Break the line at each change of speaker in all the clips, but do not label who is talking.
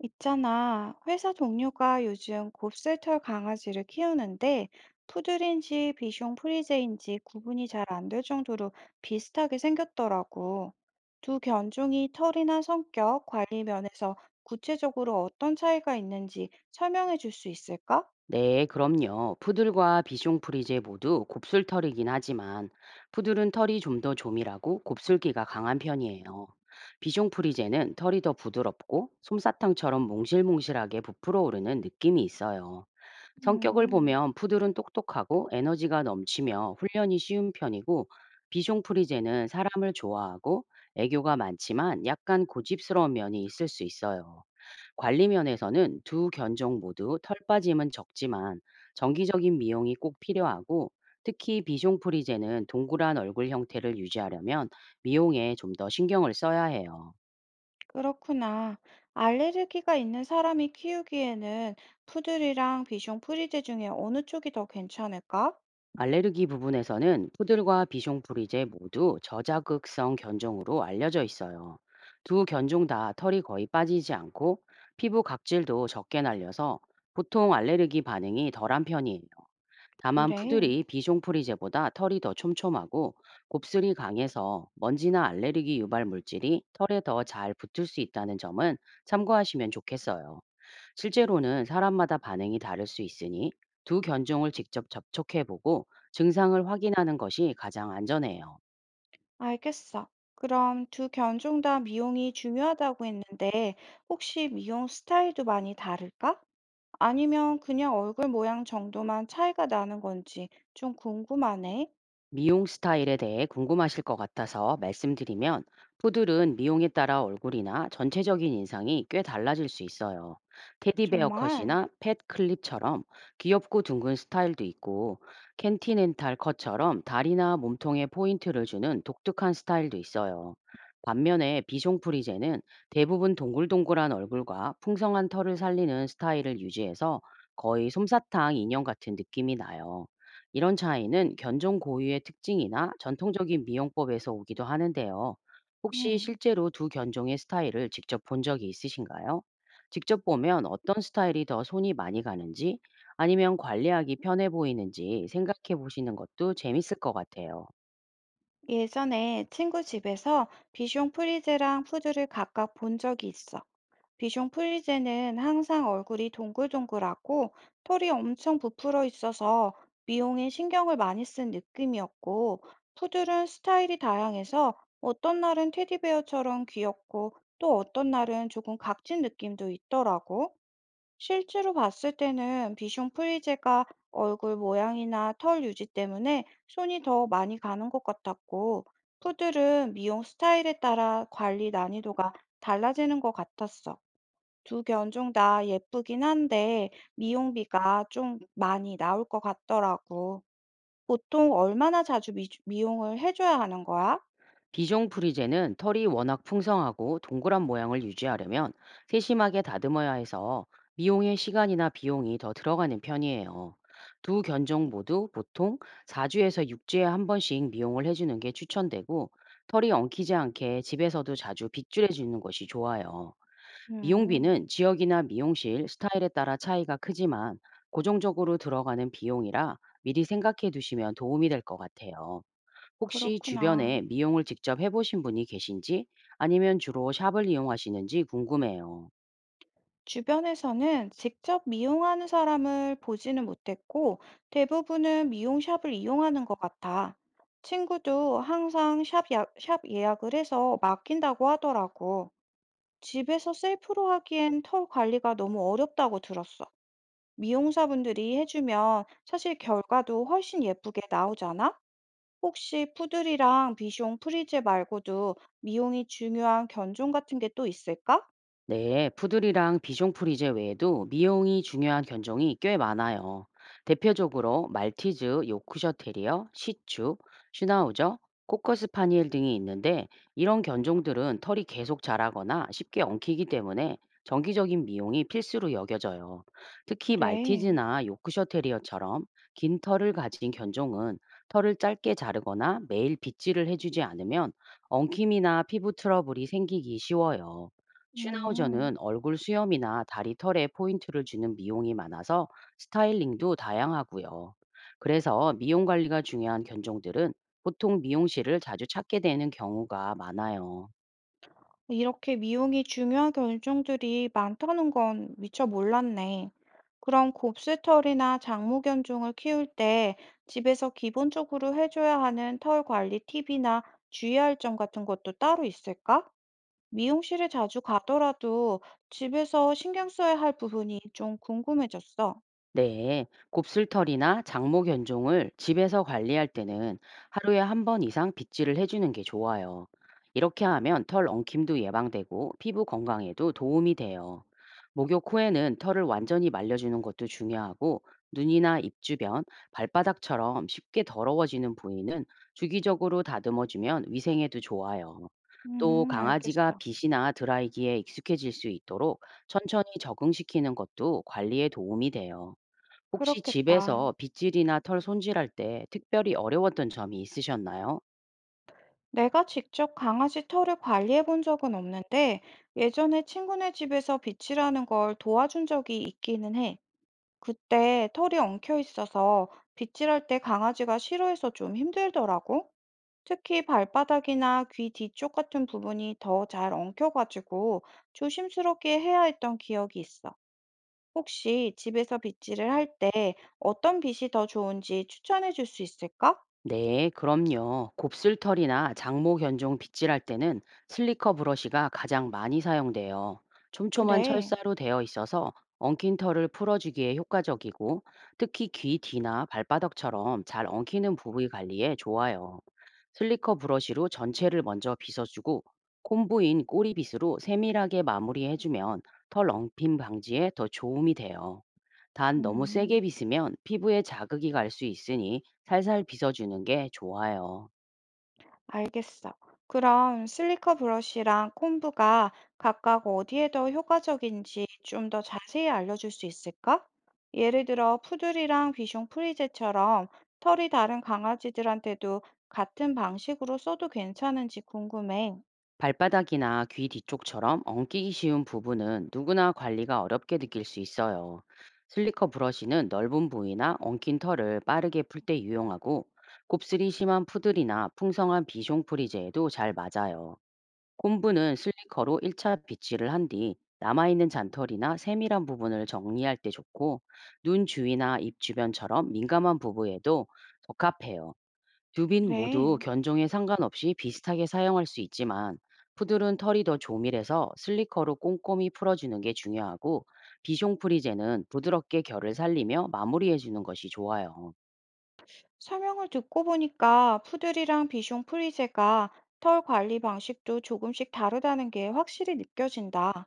있잖아, 회사 동료가 요즘 곱슬털 강아지를 키우는데 푸들인지 비숑 프리제인지 구분이 잘 안될 정도로 비슷하게 생겼더라고. 두 견종이 털이나 성격, 관리 면에서 구체적으로 어떤 차이가 있는지 설명해 줄 수 있을까?
네, 그럼요. 푸들과 비숑프리제 모두 곱슬털이긴 하지만 푸들은 털이 좀 더 조밀하고 곱슬기가 강한 편이에요. 비숑프리제는 털이 더 부드럽고 솜사탕처럼 몽실몽실하게 부풀어 오르는 느낌이 있어요. 성격을
음,
보면 푸들은 똑똑하고 에너지가 넘치며 훈련이 쉬운 편이고, 비숑프리제는 사람을 좋아하고 애교가 많지만 약간 고집스러운 면이 있을 수 있어요. 관리 면에서는 두 견종 모두 털 빠짐은 적지만 정기적인 미용이 꼭 필요하고, 특히 비숑프리제는 동그란 얼굴 형태를 유지하려면 미용에 좀 더 신경을 써야 해요.
그렇구나. 알레르기가 있는 사람이 키우기에는 푸들이랑 비숑 프리제 중에 어느 쪽이 더 괜찮을까?
알레르기 부분에서는 푸들과 비숑프리제 모두 저자극성 견종으로 알려져 있어요. 두 견종 다 털이 거의 빠지지 않고 피부 각질도 적게 날려서 보통 알레르기 반응이 덜한 편이에요. 다만
그래.
푸들이 비숑프리제보다 털이 더 촘촘하고 곱슬이 강해서 먼지나 알레르기 유발 물질이 털에 더 잘 붙을 수 있다는 점은 참고하시면 좋겠어요. 실제로는 사람마다 반응이 다를 수 있으니 두 견종을 직접 접촉해보고 증상을 확인하는 것이 가장 안전해요.
알겠어. 그럼 두 견종 다 미용이 중요하다고 했는데, 혹시 미용 스타일도 많이 다를까? 아니면 그냥 얼굴 모양 정도만 차이가 나는 건지 좀 궁금하네.
미용 스타일에 대해 궁금하실 것 같아서 말씀드리면, 푸들은 미용에 따라 얼굴이나 전체적인 인상이 꽤 달라질 수 있어요. 테디베어
정말.
컷이나 팻 클립처럼 귀엽고 둥근 스타일도 있고, 켄티넨탈 컷처럼 다리나 몸통에 포인트를 주는 독특한 스타일도 있어요. 반면에 비숑프리제는 대부분 동글동글한 얼굴과 풍성한 털을 살리는 스타일을 유지해서 거의 솜사탕 인형 같은 느낌이 나요. 이런 차이는 견종 고유의 특징이나 전통적인 미용법에서 오기도 하는데요. 혹시
음.
실제로 두 견종의 스타일을 직접 본 적이 있으신가요? 직접 보면 어떤 스타일이 더 손이 많이 가는지, 아니면 관리하기 편해 보이는지 생각해 보시는 것도 재밌을 것 같아요.
예전에 친구 집에서 비숑 프리제랑 푸드를 각각 본 적이 있어. 비숑 프리제는 항상 얼굴이 동글동글하고 털이 엄청 부풀어 있어서 미용에 신경을 많이 쓴 느낌이었고, 푸들은 스타일이 다양해서 어떤 날은 테디베어처럼 귀엽고 또 어떤 날은 조금 각진 느낌도 있더라고. 실제로 봤을 때는 비숑 프리제가 얼굴 모양이나 털 유지 때문에 손이 더 많이 가는 것 같았고, 푸들은 미용 스타일에 따라 관리 난이도가 달라지는 것 같았어. 두 견종 다 예쁘긴 한데 미용비가 좀 많이 나올 것 같더라고. 보통 얼마나 자주 미용을 해줘야 하는 거야?
비종프리제는 털이 워낙 풍성하고 동그란 모양을 유지하려면 세심하게 다듬어야 해서 미용의 시간이나 비용이 더 들어가는 편이에요. 두 견종 모두 보통 4주에서 6주에 한 번씩 미용을 해주는 게 추천되고, 털이 엉키지 않게 집에서도 자주 빗줄해주는 것이 좋아요.
음,
미용비는 지역이나 미용실, 스타일에 따라 차이가 크지만 고정적으로 들어가는 비용이라 미리 생각해 두시면 도움이 될 것 같아요. 혹시
그렇구나.
주변에 미용을 직접 해 보신 분이 계신지, 아니면 주로 샵을 이용하시는지 궁금해요.
주변에서는 직접 미용하는 사람을 보지는 못했고 대부분은 미용샵을 이용하는 것 같아. 친구도 항상 샵 예약을 해서 맡긴다고 하더라고. 집에서 셀프로 하기엔 털 관리가 너무 어렵다고 들었어. 미용사분들이 해주면 사실 결과도 훨씬 예쁘게 나오잖아? 혹시 푸들이랑 비숑 프리제 말고도 미용이 중요한 견종 같은 게 또 있을까?
네, 푸들이랑 비숑프리제 외에도 미용이 중요한 견종이 꽤 많아요. 대표적으로 말티즈, 요크셔 테리어, 시츄, 슈나우저, 코커스 파니엘 등이 있는데, 이런 견종들은 털이 계속 자라거나 쉽게 엉키기 때문에 정기적인 미용이 필수로 여겨져요. 특히
그래.
말티즈나 요크셔 테리어처럼 긴 털을 가진 견종은 털을 짧게 자르거나 매일 빗질을 해주지 않으면 엉킴이나 피부 트러블이 생기기 쉬워요.
음.
슈나우저는 얼굴 수염이나 다리 털에 포인트를 주는 미용이 많아서 스타일링도 다양하고요. 그래서 미용 관리가 중요한 견종들은 보통 미용실을 자주 찾게 되는 경우가 많아요.
이렇게 미용이 중요한 견종들이 많다는 건 미처 몰랐네. 그럼 곱슬털이나 장모 견종을 키울 때 집에서 기본적으로 해줘야 하는 털 관리 팁이나 주의할 점 같은 것도 따로 있을까? 미용실에 자주 가더라도 집에서 신경 써야 할 부분이 좀 궁금해졌어.
네, 곱슬털이나 장모 견종을 집에서 관리할 때는 하루에 한 번 이상 빗질을 해주는 게 좋아요. 이렇게 하면 털 엉킴도 예방되고 피부 건강에도 도움이 돼요. 목욕 후에는 털을 완전히 말려주는 것도 중요하고, 눈이나 입 주변, 발바닥처럼 쉽게 더러워지는 부위는 주기적으로 다듬어주면 위생에도 좋아요. 또 강아지가
알겠어.
빗이나 드라이기에 익숙해질 수 있도록 천천히 적응시키는 것도 관리에 도움이 돼요. 혹시
그렇겠다.
집에서 빗질이나 털 손질할 때 특별히 어려웠던 점이 있으셨나요?
내가 직접 강아지 털을 관리해 본 적은 없는데, 예전에 친구네 집에서 빗질하는 걸 도와준 적이 있기는 해. 그때 털이 엉켜 있어서 빗질할 때 강아지가 싫어해서 좀 힘들더라고. 특히 발바닥이나 귀 뒤쪽 같은 부분이 더 잘 엉켜가지고 조심스럽게 해야 했던 기억이 있어. 혹시 집에서 빗질을 할 때 어떤 빗이 더 좋은지 추천해 줄 수 있을까?
네, 그럼요. 곱슬털이나 장모 견종 빗질할 때는 슬리커 브러쉬가 가장 많이 사용돼요. 촘촘한
그래.
철사로 되어 있어서 엉킨 털을 풀어주기에 효과적이고, 특히 귀 뒤나 발바닥처럼 잘 엉키는 부위 관리에 좋아요. 슬리커 브러쉬로 전체를 먼저 빗어주고 콤부인 꼬리빗으로 세밀하게 마무리해주면 털 엉킴 방지에 더 도움이 돼요. 단, 너무 세게
음,
빗으면 피부에 자극이 갈 수 있으니 살살 빗어주는 게 좋아요.
알겠어. 그럼 슬리커 브러쉬랑 콤브가 각각 어디에 더 효과적인지 좀 더 자세히 알려줄 수 있을까? 예를 들어, 푸들이랑 비숑 프리제처럼 털이 다른 강아지들한테도 같은 방식으로 써도 괜찮은지 궁금해.
발바닥이나 귀 뒤쪽처럼 엉키기 쉬운 부분은 누구나 관리가 어렵게 느낄 수 있어요. 슬리커 브러쉬는 넓은 부위나 엉킨 털을 빠르게 풀 때 유용하고, 곱슬이 심한 푸들이나 풍성한 비숑프리제에도 잘 맞아요. 콤부는 슬리커로 1차 빗질을 한 뒤 남아있는 잔털이나 세밀한 부분을 정리할 때 좋고, 눈 주위나 입 주변처럼 민감한 부부에도 적합해요. 두 빈 모두
그래.
견종에 상관없이 비슷하게 사용할 수 있지만 푸들은 털이 더 조밀해서 슬리커로 꼼꼼히 풀어주는 게 중요하고, 비숑프리제는 부드럽게 결을 살리며 마무리해주는 것이 좋아요.
설명을 듣고 보니까 푸들이랑 비숑 프리제가 털 관리 방식도 조금씩 다르다는 게 확실히 느껴진다.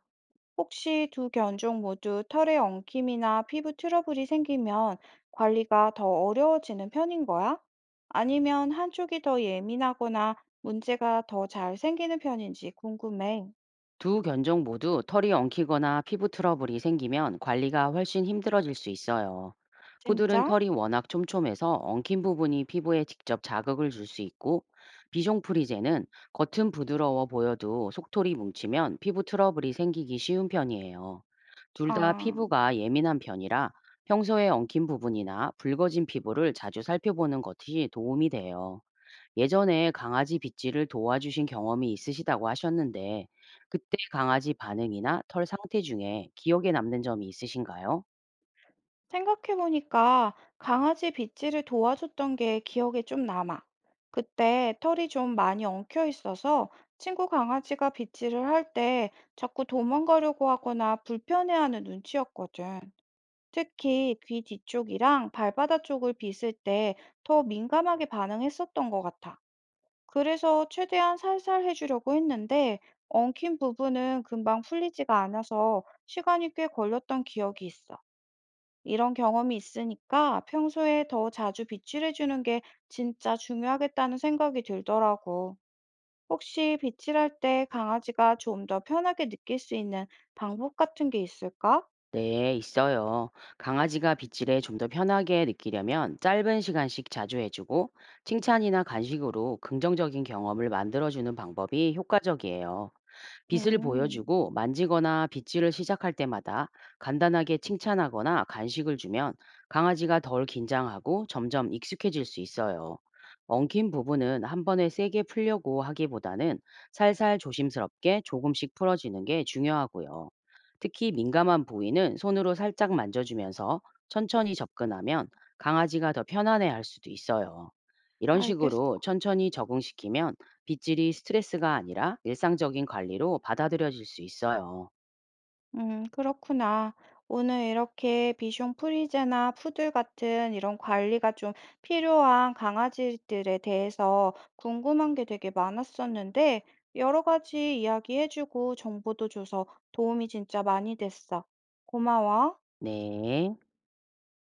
혹시 두 견종 모두 털의 엉킴이나 피부 트러블이 생기면 관리가 더 어려워지는 편인 거야? 아니면 한쪽이 더 예민하거나 문제가 더 잘 생기는 편인지 궁금해.
두 견종 모두 털이 엉키거나 피부 트러블이 생기면 관리가 훨씬 힘들어질 수 있어요. 푸들은
진짜?
털이 워낙 촘촘해서 엉킨 부분이 피부에 직접 자극을 줄 수 있고, 비숑프리제는 겉은 부드러워 보여도 속털이 뭉치면 피부 트러블이 생기기 쉬운 편이에요. 둘 다
아.
피부가 예민한 편이라 평소에 엉킨 부분이나 붉어진 피부를 자주 살펴보는 것이 도움이 돼요. 예전에 강아지 빗질을 도와주신 경험이 있으시다고 하셨는데, 그때 강아지 반응이나 털 상태 중에 기억에 남는 점이 있으신가요?
생각해보니까 강아지 빗질을 도와줬던 게 기억에 좀 남아. 그때 털이 좀 많이 엉켜 있어서 친구 강아지가 빗질을 할 때 자꾸 도망가려고 하거나 불편해하는 눈치였거든. 특히 귀 뒤쪽이랑 발바닥 쪽을 빗을 때 더 민감하게 반응했었던 것 같아. 그래서 최대한 살살 해주려고 했는데 엉킨 부분은 금방 풀리지가 않아서 시간이 꽤 걸렸던 기억이 있어. 이런 경험이 있으니까 평소에 더 자주 빗질해 주는 게 진짜 중요하겠다는 생각이 들더라고. 혹시 빗질할 때 강아지가 좀 더 편하게 느낄 수 있는 방법 같은 게 있을까?
네, 있어요. 강아지가 빗질에 좀 더 편하게 느끼려면 짧은 시간씩 자주 해주고, 칭찬이나 간식으로 긍정적인 경험을 만들어주는 방법이 효과적이에요. 빗을
음,
보여주고 만지거나 빗질을 시작할 때마다 간단하게 칭찬하거나 간식을 주면 강아지가 덜 긴장하고 점점 익숙해질 수 있어요. 엉킨 부분은 한 번에 세게 풀려고 하기보다는 살살 조심스럽게 조금씩 풀어지는 게 중요하고요. 특히 민감한 부위는 손으로 살짝 만져주면서 천천히 접근하면 강아지가 더 편안해 할 수도 있어요. 이런
알겠어.
식으로 천천히 적응시키면 빗질이 스트레스가 아니라 일상적인 관리로 받아들여질 수 있어요.
그렇구나. 오늘 이렇게 비숑 프리제나 푸들 같은 이런 관리가 좀 필요한 강아지들에 대해서 궁금한 게 되게 많았었는데, 여러 가지 이야기해주고 정보도 줘서 도움이 진짜 많이 됐어. 고마워.
네.